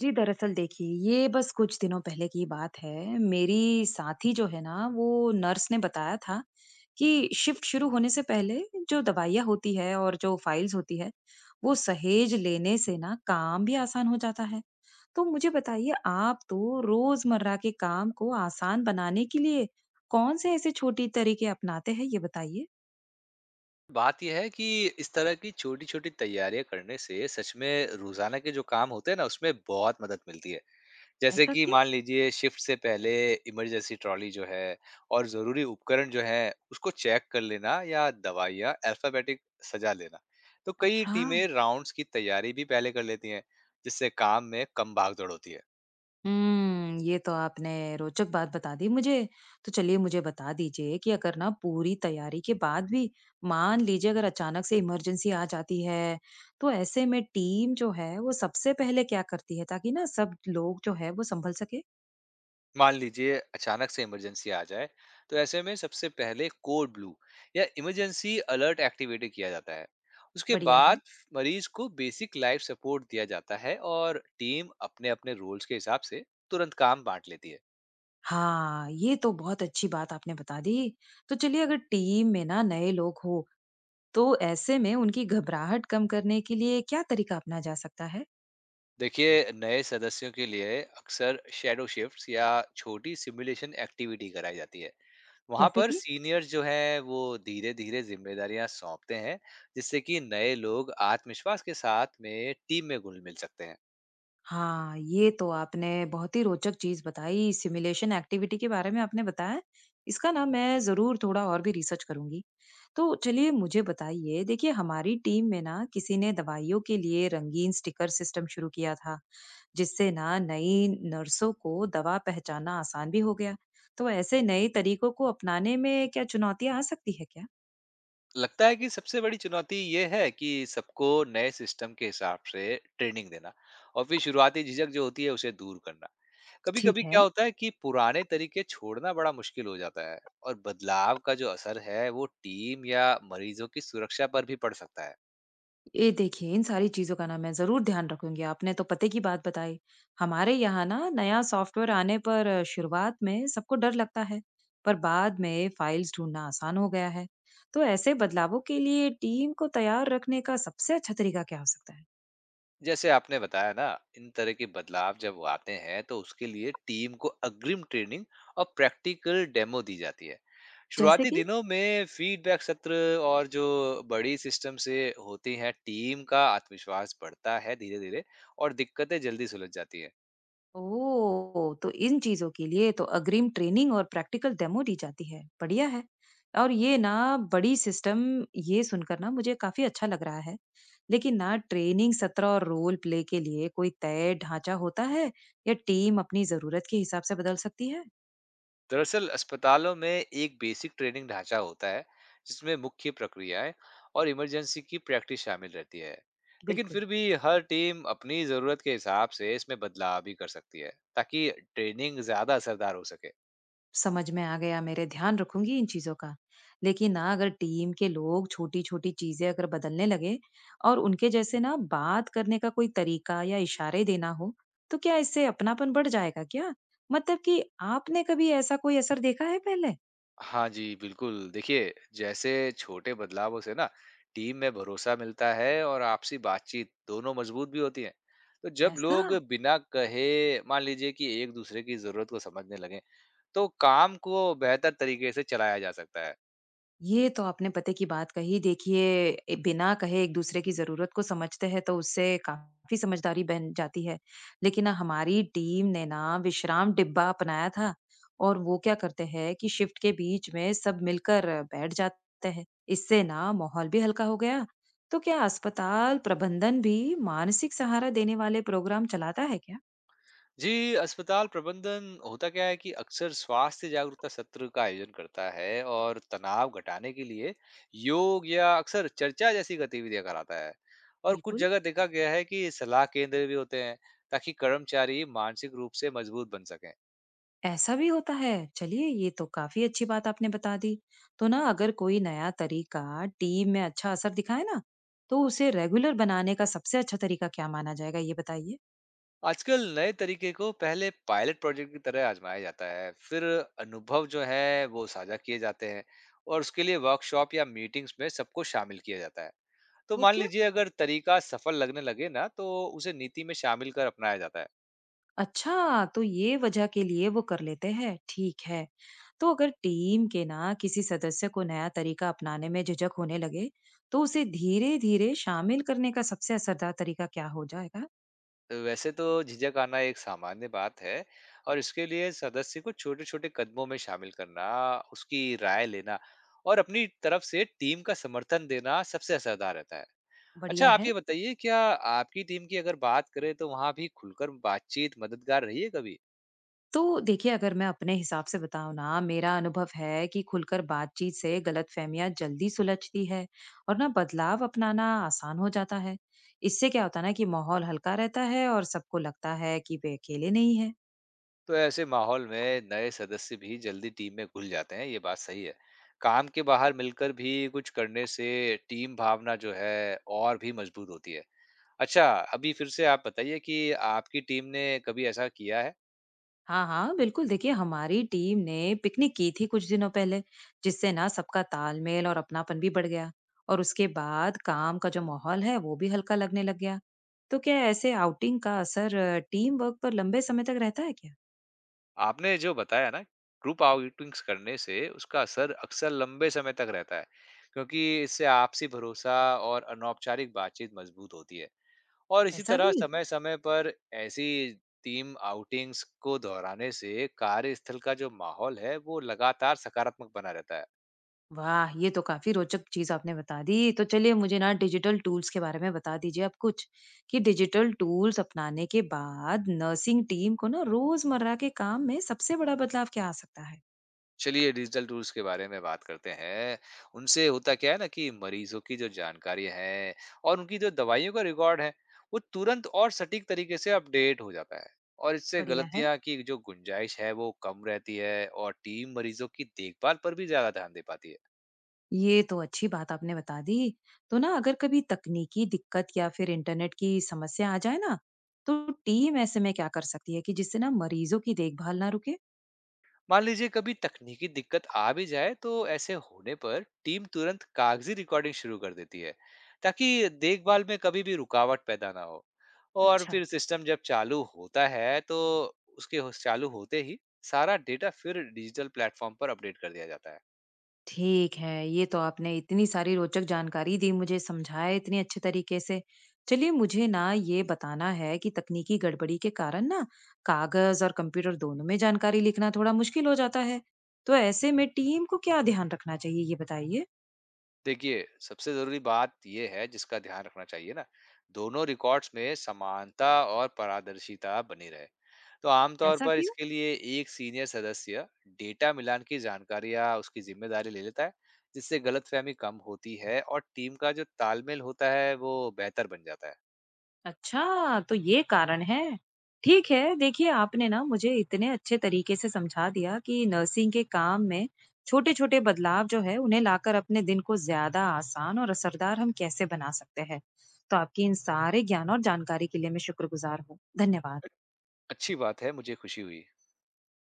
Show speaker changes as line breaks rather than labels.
जी, दरअसल देखिए, ये बस कुछ दिनों पहले की बात है। मेरी साथी जो है ना, वो नर्स ने बताया था कि शिफ्ट शुरू होने से पहले जो दवाइयाँ होती है और जो फाइल्स होती है, वो सहेज लेने से ना काम भी आसान हो जाता है। तो मुझे बताइए, आप तो रोज़मर्रा के काम को आसान बनाने के लिए कौन से ऐसे छोटी तरीके अपनाते हैं, ये बताइए?
बात ये है कि इस तरह की छोटी-छोटी तैयारियाँ करने से सच में रोज़ाना के जो काम होते हैं ना, उसमें बहुत मदद मिलती है। जैसे
ऐसा
कि
क्यों?
मान लीजिए शिफ्ट से पहले इमरजेंसी ट्रॉली जो है और ज़रूरी उपकरण जो हैं, उसको चेक कर लेना या दवाइयाँ अल्फ़ाबेटिक सजा लेना। तो कई
अच्छा।
टीमें राउंड्स की तैयारी भी पहले कर लेती हैं, जिससे काम में कम भाग-दौड़ होती है।
ये तो आपने रोचक बात बता दी मुझे। तो चलिए मुझे बता दीजिए कि अगर ना पूरी तैयारी के बाद भी मान लीजिए अगर अचानक से इमरजेंसी आ जाती है, तो ऐसे में टीम जो है वो सबसे पहले क्या करती है ताकि ना सब लोग जो है वो संभल सके?
मान लीजिए अचानक से इमरजेंसी आ जाए तो ऐसे में सबसे पहले कोड ब्लू या इमरजेंसी अलर्ट एक्टिवेट किया जाता है। उसके
बढ़िया है।
बाद मरीज को बेसिक लाइफ सपोर्ट दिया जाता है और टीम अपने अपने रोल्स के हिसाब से तुरंत काम बांट लेती है।
हाँ, ये तो बहुत अच्छी बात आपने बता दी। तो चलिए अगर टीम में ना नए लोग हो, तो ऐसे में उनकी घबराहट कम करने के लिए क्या तरीका अपना जा सकता है?
देखिए नए सदस्यों के लिए अक्सर शेडो शिफ्ट्स या छोटी सिमुलेशन एक्टिविटी कराई जाती है। वहां
जैसे
पर
कि।
सीनियर जो है वो धीरे धीरे जिम्मेदारियां सौंपते हैं, जिससे कि नए लोग आत्मविश्वास के साथ में टीम में घुल मिल सकते हैं।
हाँ, ये तो आपने बहुत ही रोचक चीज़ बताई, सिमुलेशन एक्टिविटी के बारे में आपने बताया। इसका ना मैं ज़रूर थोड़ा और भी रिसर्च करूँगी। तो चलिए मुझे बताइए, देखिए हमारी टीम में ना किसी ने दवाइयों के लिए रंगीन स्टिकर सिस्टम शुरू किया था, जिससे ना नई नर्सों को दवा पहचानना आसान भी हो गया। तो ऐसे नए तरीकों को अपनाने में क्या चुनौतियाँ आ सकती है क्या?
लगता है कि सबसे बड़ी चुनौती ये है कि सबको नए सिस्टम के हिसाब से ट्रेनिंग देना और फिर शुरुआती झिझक जो होती है उसे दूर करना। कभी
ठीक
कभी क्या
है।
होता है कि पुराने तरीके छोड़ना बड़ा मुश्किल हो जाता है और बदलाव का जो असर है वो टीम या मरीजों की सुरक्षा पर भी पड़ सकता है।
ये देखिए, इन सारी चीज़ों का ना मैं ज़रूर ध्यान रखूँगी। आपने तो पते की बात बताई। हमारे यहाँ ना नया सॉफ्टवेयर आने पर शुरुआत में सबको डर लगता है, पर बाद में फाइल्स ढूँढना आसान हो गया है। तो ऐसे बदलावों के लिए टीम को तैयार रखने का सबसे अच्छा तरीका क्या हो सकता है?
जैसे आपने बताया ना, इन तरह के बदलाव जब वो आते हैं तो उसके लिए टीम को अग्रिम ट्रेनिंग और प्रैक्टिकल डेमो दी जाती है।
जैसे
शुरुआती
कि?
दिनों में फीडबैक सत्र और जो बड़ी सिस्टम से होती हैं, टीम का आत्मविश्वास बढ़ता है धीरे धीरे और दिक्कतें जल्दी सुलझ जाती हैं।
ओह! तो इन चीज़ों के लिए तो अग्रिम ट्रेनिंग और प्रैक्टिकल डेमो दी जाती है। बढ़िया है। और ये ना बड़ी सिस्टम ये सुनकर ना मुझे काफ़ी अच्छा लग रहा है। लेकिन ना ट्रेनिंग सत्र और रोल प्ले के लिए कोई तय ढाँचा होता है या टीम अपनी ज़रूरत के हिसाब से बदल सकती है?
दरअसल अस्पतालों में एक बेसिक ट्रेनिंग ढांचा होता है, जिसमें मुख्य प्रक्रियाएं और इमरजेंसी की प्रैक्टिस शामिल रहती है। लेकिन
बिल्कुल।
फिर भी हर टीम अपनी ज़रूरत के हिसाब से इसमें बदलाव भी कर सकती है, ताकि ट्रेनिंग ज़्यादा असरदार हो सके।
समझ में आ गया, मेरे ध्यान रखूंगी इन चीजों का। लेकिन ना अगर टीम के लोग छोटी छोटी चीजें अगर बदलने लगे और उनके जैसे ना बात करने का कोई तरीका या इशारे देना हो, तो क्या इससे अपनापन बढ़ जाएगा क्या? मतलब कि आपने कभी ऐसा कोई असर देखा है पहले?
हाँ जी, बिल्कुल। देखिए, जैसे छोटे बदलावों से ना टीम में भरोसा मिलता है और आपसी बातचीत दोनों मजबूत भी होती है। तो जब
ऐसा।
लोग बिना कहे मान लीजिए कि एक-दूसरे की ज़रूरत को समझने लगें, तो काम को बेहतर तरीके से चलाया जा सकता है।
ये तो आपने पते की बात कही। देखिए, ए बिना कहे एक-दूसरे की ज़रूरत को समझते हैं, तो उससे काफ़ी समझदारी बन जाती है। लेकिन ना हमारी टीम ने ना विश्राम डिब्बा अपनाया था और वो क्या करते हैं कि शिफ्ट के बीच में सब मिलकर बैठ जाते हैं। इससे ना माहौल भी हल्का हो गया। तो क्या अस्पताल प्रबंधन भी मानसिक सहारा देने वाले प्रोग्राम चलाता है क्या?
जी, अस्पताल प्रबंधन होता क्या है कि अक्सर स्वास्थ्य जागरूकता सत्र का आयोजन करता है और तनाव घटाने के लिए योग या अक्सर चर्चा जैसी गतिविधियां कराता है। और कुछ
बिल्कुल।
जगह देखा गया है कि सलाह केंद्र भी होते हैं, ताकि कर्मचारी मानसिक रूप से मजबूत बन सकें।
ऐसा भी होता है। चलिए ये तो काफी अच्छी बात आपने बता दी। तो ना अगर कोई नया तरीका टीम में अच्छा असर दिखाए ना, तो उसे रेगुलर बनाने का सबसे अच्छा तरीका क्या माना जाएगा, ये बताइए।
आजकल नए तरीके को पहले पायलट प्रोजेक्ट की तरह आजमाया जाता है, फिर अनुभव जो है वो साझा किए जाते हैं और उसके लिए वर्कशॉप या मीटिंग्स में सबको शामिल किया जाता है। तो
वो
मान
क्यों?
लीजिए अगर तरीका सफल लगने लगे ना, तो उसे नीति में शामिल कर अपनाया जाता है।
अच्छा, तो ये वजह के लिए वो कर लेते हैं। ठीक है। तो अगर टीम के ना किसी सदस्य को नया तरीका अपनाने में झिझक होने लगे, तो उसे धीरे धीरे शामिल करने का सबसे असरदार तरीका क्या हो जाएगा?
तो वैसे तो झिझक आना एक सामान्य बात है और इसके लिए सदस्य को छोटे छोटे कदमों में शामिल करना, उसकी राय लेना और अपनी तरफ से टीम का समर्थन देना सबसे असरदार रहता है। अच्छा
बढ़िया
आप
है।
ये बताइए क्या, आपकी टीम की अगर बात करें तो वहां भी खुलकर बातचीत मददगार रही है कभी?
तो देखिए, अगर मैं अपने हिसाब से बताऊँ ना, मेरा अनुभव है कि खुलकर बातचीत से गलतफ़हमियाँ जल्दी सुलझती है और ना बदलाव अपनाना आसान हो जाता है। इससे क्या होता है ना कि माहौल हल्का रहता है और सबको लगता है कि वे अकेले नहीं हैं।
तो ऐसे माहौल में नए सदस्य भी जल्दी टीम में घुल जाते हैं, ये बात सही है। काम के बाहर मिलकर भी कुछ करने से टीम भावना जो है और भी मजबूत होती है। अच्छा, अभी फिर से आप बताइए कि आपकी टीम ने कभी ऐसा किया है?
हाँ, हाँ, बिल्कुल, देखिए हमारी टीम ने पिकनिक की थी कुछ दिनों पहले, जिससे ना सबका तालमेल और अपनापन भी बढ़ गया और उसके बाद काम का जो माहौल है, वो भी हल्का लगने लग गया। तो क्या ऐसे आउटिंग का असर टीम वर्क पर लंबे समय तक रहता है क्या?
आपने जो बताया ना, ग्रुप आउटिंग्स करने से उसका असर अक्सर लंबे समय तक रहता है, क्योंकि इससे आपसी भरोसा और अनौपचारिक बातचीत मजबूत होती है। और इसी
ऐसा
तरह
भी?
समय-समय पर ऐसी टीम आउटिंग्स को दोहराने से कार्यस्थल का जो माहौल है, वो लगातार सकारात्मक बना रहता है।
वाह! ये तो काफ़ी रोचक चीज़ आपने बता दी। तो चलिए मुझे ना डिजिटल टूल्स के बारे में बता दीजिए आप कुछ, कि डिजिटल टूल्स अपनाने के बाद नर्सिंग टीम को ना रोज़मर्रा के काम में सबसे बड़ा बदलाव क्या आ सकता है?
चलिए डिजिटल टूल्स के बारे में बात करते हैं। उनसे होता क्या है ना कि मरीजों की जो जानकारी है और उनकी जो दवाइयों का रिकॉर्ड है, वो तुरंत और सटीक तरीके से अपडेट हो जाता है। और इससे
बढ़िया है।
गलतियाँ की जो गुंजाइश है, वो कम रहती है और टीम मरीजों की देखभाल पर भी ज़्यादा ध्यान दे पाती है।
ये तो अच्छी बात आपने बता दी। तो ना अगर कभी तकनीकी दिक्कत या फिर इंटरनेट की समस्या आ जाए ना, तो टीम ऐसे में क्या कर सकती है कि जिससे ना मरीजों की देखभाल ना रुके?
मान लीजिए कभी तकनीकी दिक्कत आ भी जाए, तो ऐसे होने पर टीम तुरंत कागजी रिकॉर्डिंग शुरू कर देती है, ताकि देखभाल में कभी भी रुकावट पैदा ना हो। और
अच्छा।
फिर सिस्टम जब चालू होता है तो उसके चालू होते ही सारा डेटा फिर डिजिटल प्लेटफॉर्म पर अपडेट कर दिया जाता है।
ठीक है, ये तो आपने इतनी सारी रोचक जानकारी दी मुझे, समझाया इतने अच्छे तरीके से। चलिए मुझे ना ये बताना है कि तकनीकी गड़बड़ी के कारण ना कागज़ और कंप्यूटर दोनों में जानकारी लिखना थोड़ा मुश्किल हो जाता है। तो ऐसे में टीम को क्या ध्यान रखना चाहिए, ये बताइए?
देखिए सबसे जरूरी बात यह है जिसका ध्यान रखना चाहिए ना, दोनों रिकॉर्ड्स में समानता और पारदर्शिता बनी रहे। तो आमतौर
ऐसा
पर
क्यों?
इसके लिए एक सीनियर सदस्य डेटा मिलान की जानकारी या उसकी जिम्मेदारी ले लेता है, जिससे गलतफहमी कम होती है और टीम का जो तालमेल होता है वो बेहतर बन जाता है।
अच्छा, तो ये कारण है। ठीक है, देखिए आपने ना मुझे इतने अच्छे तरीके से समझा दिया कि नर्सिंग के काम में छोटे-छोटे बदलाव जो है उन्हें लाकर अपने दिन को ज़्यादा आसान और असरदार हम कैसे बना सकते हैं। तो आपकी इन सारे ज्ञान और जानकारी के लिए मैं शुक्रगुज़ार हूँ। धन्यवाद।
अच्छी बात है, मुझे खुशी हुई।